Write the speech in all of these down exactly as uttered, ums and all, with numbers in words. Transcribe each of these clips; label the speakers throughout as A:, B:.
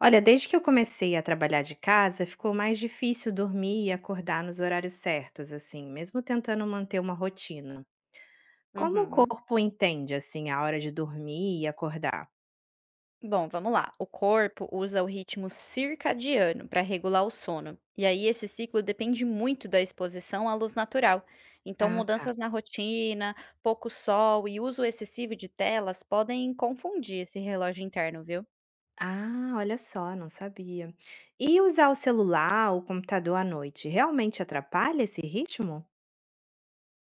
A: Olha, desde que eu comecei a trabalhar de casa, ficou mais difícil dormir e acordar nos horários certos, assim, mesmo tentando manter uma rotina. Como o
B: Uhum.
A: corpo entende, assim, a hora de dormir e acordar?
B: Bom, vamos lá. O corpo usa o ritmo circadiano para regular o sono. E aí, esse ciclo depende muito da exposição à luz natural. Então,
A: Ah, tá.
B: mudanças na rotina, pouco sol e uso excessivo de telas podem confundir esse relógio interno, viu?
A: Ah, olha só, não sabia. E usar o celular ou o computador à noite realmente atrapalha esse ritmo?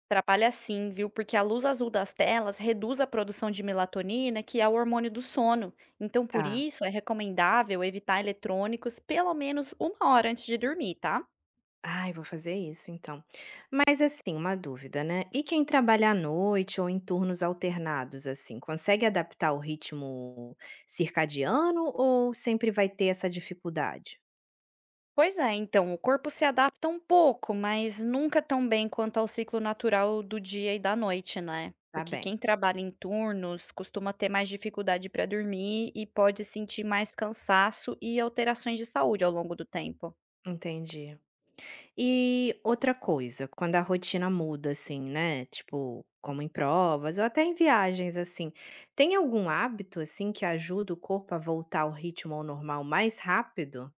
B: Atrapalha sim, viu? Porque a luz azul das telas reduz a produção de melatonina, que é o hormônio do sono. Então, por
A: Tá.
B: isso, é recomendável evitar eletrônicos pelo menos uma hora antes de dormir, tá?
A: Ai, vou fazer isso então. Mas assim, uma dúvida, né? E quem trabalha à noite ou em turnos alternados, assim, consegue adaptar o ritmo circadiano ou sempre vai ter essa dificuldade?
B: Pois é, então, o corpo se adapta um pouco, mas nunca tão bem quanto ao ciclo natural do dia e da noite, né?
A: Tá
B: Porque
A: bem,
B: quem trabalha em turnos costuma ter mais dificuldade para dormir e pode sentir mais cansaço e alterações de saúde ao longo do tempo.
A: entendi. E outra coisa, quando a rotina muda, assim, né? Tipo, como em provas ou até em viagens, assim, tem algum hábito, assim, que ajuda o corpo a voltar ao ritmo ao normal mais rápido?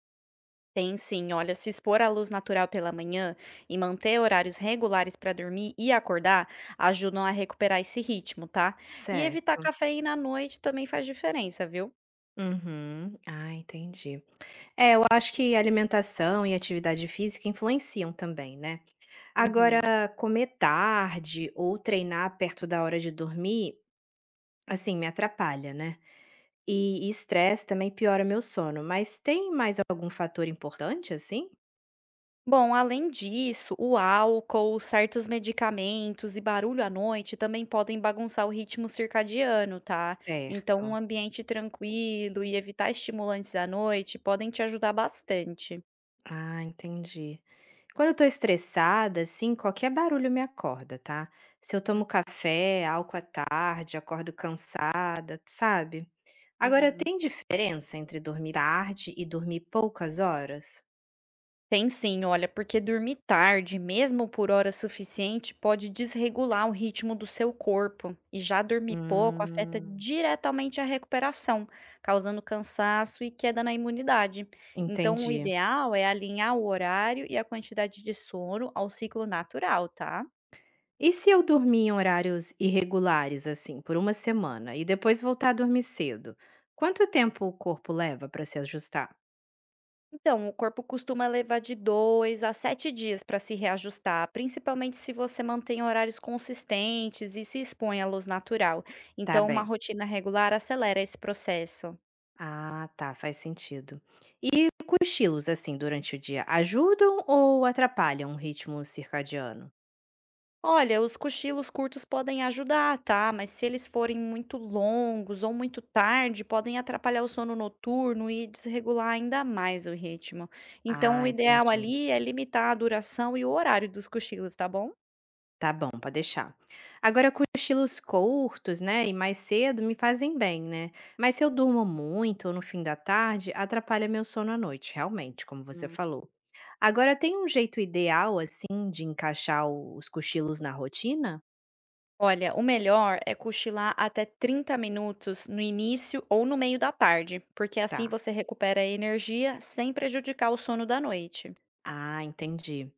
B: Tem sim, olha, se expor à luz natural pela manhã e manter horários regulares para dormir e acordar ajudam a recuperar esse ritmo, tá? E evitar
A: Certo.
B: cafeína à noite também faz diferença, viu?
A: Uhum. Ah, entendi. É, eu acho que alimentação e atividade física influenciam também, né.
B: Uhum.
A: Agora, comer tarde ou treinar perto da hora de dormir, assim, me atrapalha, né. E e estresse também piora meu sono, mas tem mais algum fator importante, assim?
B: Bom, além disso, o álcool, certos medicamentos e barulho à noite também podem bagunçar o ritmo circadiano, tá? Então, um
A: Certo.
B: ambiente tranquilo e evitar estimulantes à noite podem te ajudar bastante.
A: Ah, entendi. Quando eu tô estressada, assim, qualquer barulho me acorda, tá. Se eu tomo café, álcool à tarde, acordo cansada, sabe. Agora,
B: Hum.
A: tem diferença entre dormir tarde e dormir poucas horas?
B: Tem sim, olha, porque dormir tarde, mesmo por hora suficiente, pode desregular o ritmo do seu corpo. E já dormir pouco afeta
A: Hum.
B: diretamente a recuperação, causando cansaço e queda na imunidade. Então, o
A: Entendi.
B: ideal é alinhar o horário e a quantidade de sono ao ciclo natural, tá?
A: E se eu dormir em horários irregulares, assim, por uma semana e depois voltar a dormir cedo, quanto tempo o corpo leva para se ajustar?
B: Então, o corpo costuma levar de dois a sete dias para se reajustar, principalmente se você mantém horários consistentes e se expõe à luz natural.
A: Tá
B: Então, uma
A: bem.
B: rotina regular acelera esse processo.
A: Ah, tá, faz sentido. E cochilos, assim, durante o dia, ajudam ou atrapalham o ritmo circadiano?
B: Olha, os cochilos curtos podem ajudar, tá? Mas se eles forem muito longos ou muito tarde, podem atrapalhar o sono noturno e desregular ainda mais o ritmo. Então,
A: Ah,
B: o ideal
A: entendi.
B: ali é limitar a duração e o horário dos cochilos, tá bom?
A: Tá bom, pode deixar. Agora, cochilos curtos, né, e mais cedo me fazem bem, né? Mas se eu durmo muito no fim da tarde, atrapalha meu sono à noite, realmente, como você falou. Agora, tem um jeito ideal, assim, de encaixar o- os cochilos na rotina?
B: Olha, o melhor é cochilar até trinta minutos no início ou no meio da tarde, porque assim
A: Tá.
B: você recupera a energia sem prejudicar o sono da noite.
A: Ah, entendi.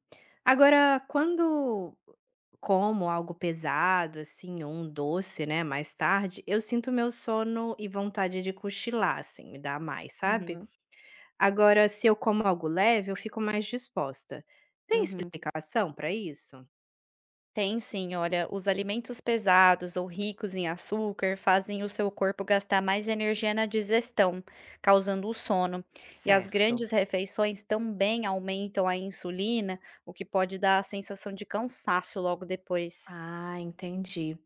A: Agora, quando como algo pesado, assim, ou um doce, né, mais tarde, eu sinto meu sono e vontade de cochilar, assim, me dá mais, sabe?
B: Uhum,
A: Agora, se eu como algo leve, eu fico mais disposta. Tem
B: uhum.
A: explicação para isso?
B: Tem sim, olha, os alimentos pesados ou ricos em açúcar fazem o seu corpo gastar mais energia na digestão, causando o sono. E as
A: Certo.
B: grandes refeições também aumentam a insulina, o que pode dar a sensação de cansaço logo depois.
A: Ah, entendi.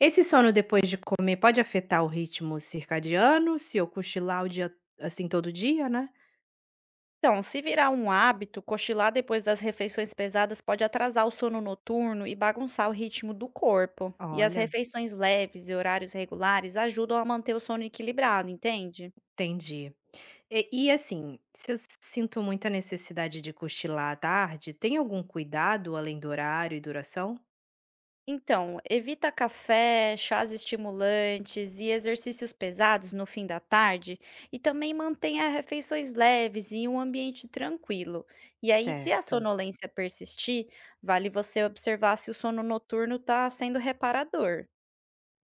A: Esse sono depois de comer pode afetar o ritmo circadiano, se eu cochilar o dia assim todo dia, né?
B: Então, se virar um hábito, cochilar depois das refeições pesadas pode atrasar o sono noturno e bagunçar o ritmo do corpo. E as
A: Olha,
B: refeições leves e horários regulares ajudam a manter o sono equilibrado, entende?
A: entendi. E, e, assim, se eu sinto muita necessidade de cochilar à tarde, tem algum cuidado além do horário e duração?
B: Então, evita café, chás estimulantes e exercícios pesados no fim da tarde e também mantenha refeições leves e um ambiente tranquilo. E aí, se a
A: Certo.
B: sonolência persistir, vale você observar se o sono noturno está sendo reparador.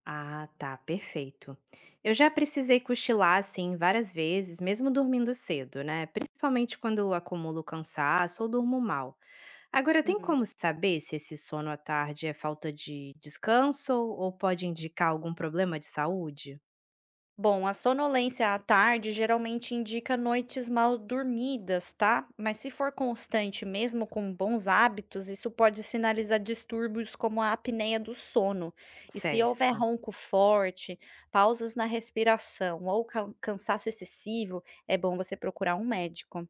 A: Ah, tá, perfeito. Eu já precisei cochilar assim várias vezes, mesmo dormindo cedo, né? Principalmente quando eu acumulo cansaço ou durmo mal. Agora, tem como saber se esse sono à tarde é falta de descanso ou pode indicar algum problema de saúde?
B: Bom, a sonolência à tarde geralmente indica noites mal dormidas, tá? Mas se for constante, mesmo com bons hábitos, isso pode sinalizar distúrbios como a apneia do sono. E se houver
A: Certo.
B: ronco forte, pausas na respiração ou ca- cansaço excessivo, é bom você procurar um médico.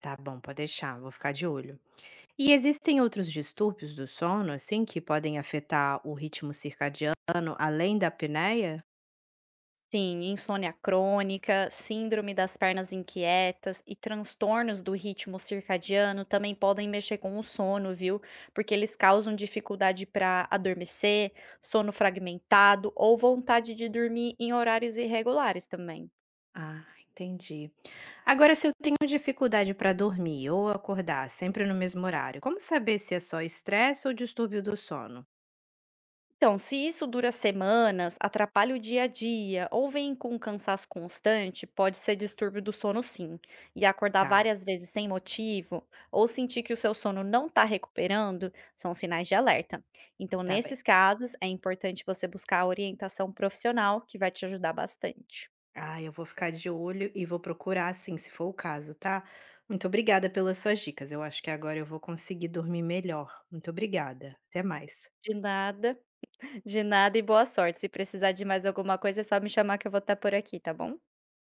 A: Tá bom, pode deixar, vou ficar de olho. E existem outros distúrbios do sono, assim, que podem afetar o ritmo circadiano além da apneia?
B: Sim, insônia crônica, síndrome das pernas inquietas e transtornos do ritmo circadiano também podem mexer com o sono, viu? Porque eles causam dificuldade para adormecer, sono fragmentado ou vontade de dormir em horários irregulares também.
A: Ah, entendi. Agora, se eu tenho dificuldade para dormir ou acordar sempre no mesmo horário, como saber se é só estresse ou distúrbio do sono?
B: Então, se isso dura semanas, atrapalha o dia a dia ou vem com um cansaço constante, pode ser distúrbio do sono sim. E acordar
A: Tá,
B: várias vezes sem motivo ou sentir que o seu sono não está recuperando são sinais de alerta. Então,
A: tá bem.
B: nesses casos, é importante você buscar a orientação profissional que vai te ajudar bastante.
A: Ah, eu vou ficar de olho e vou procurar, sim, se for o caso, tá? Muito obrigada pelas suas dicas. Eu acho que agora eu vou conseguir dormir melhor. Muito obrigada. Até mais.
B: De nada, de nada e boa sorte. Se precisar de mais alguma coisa, é só me chamar que eu vou estar por aqui, tá bom?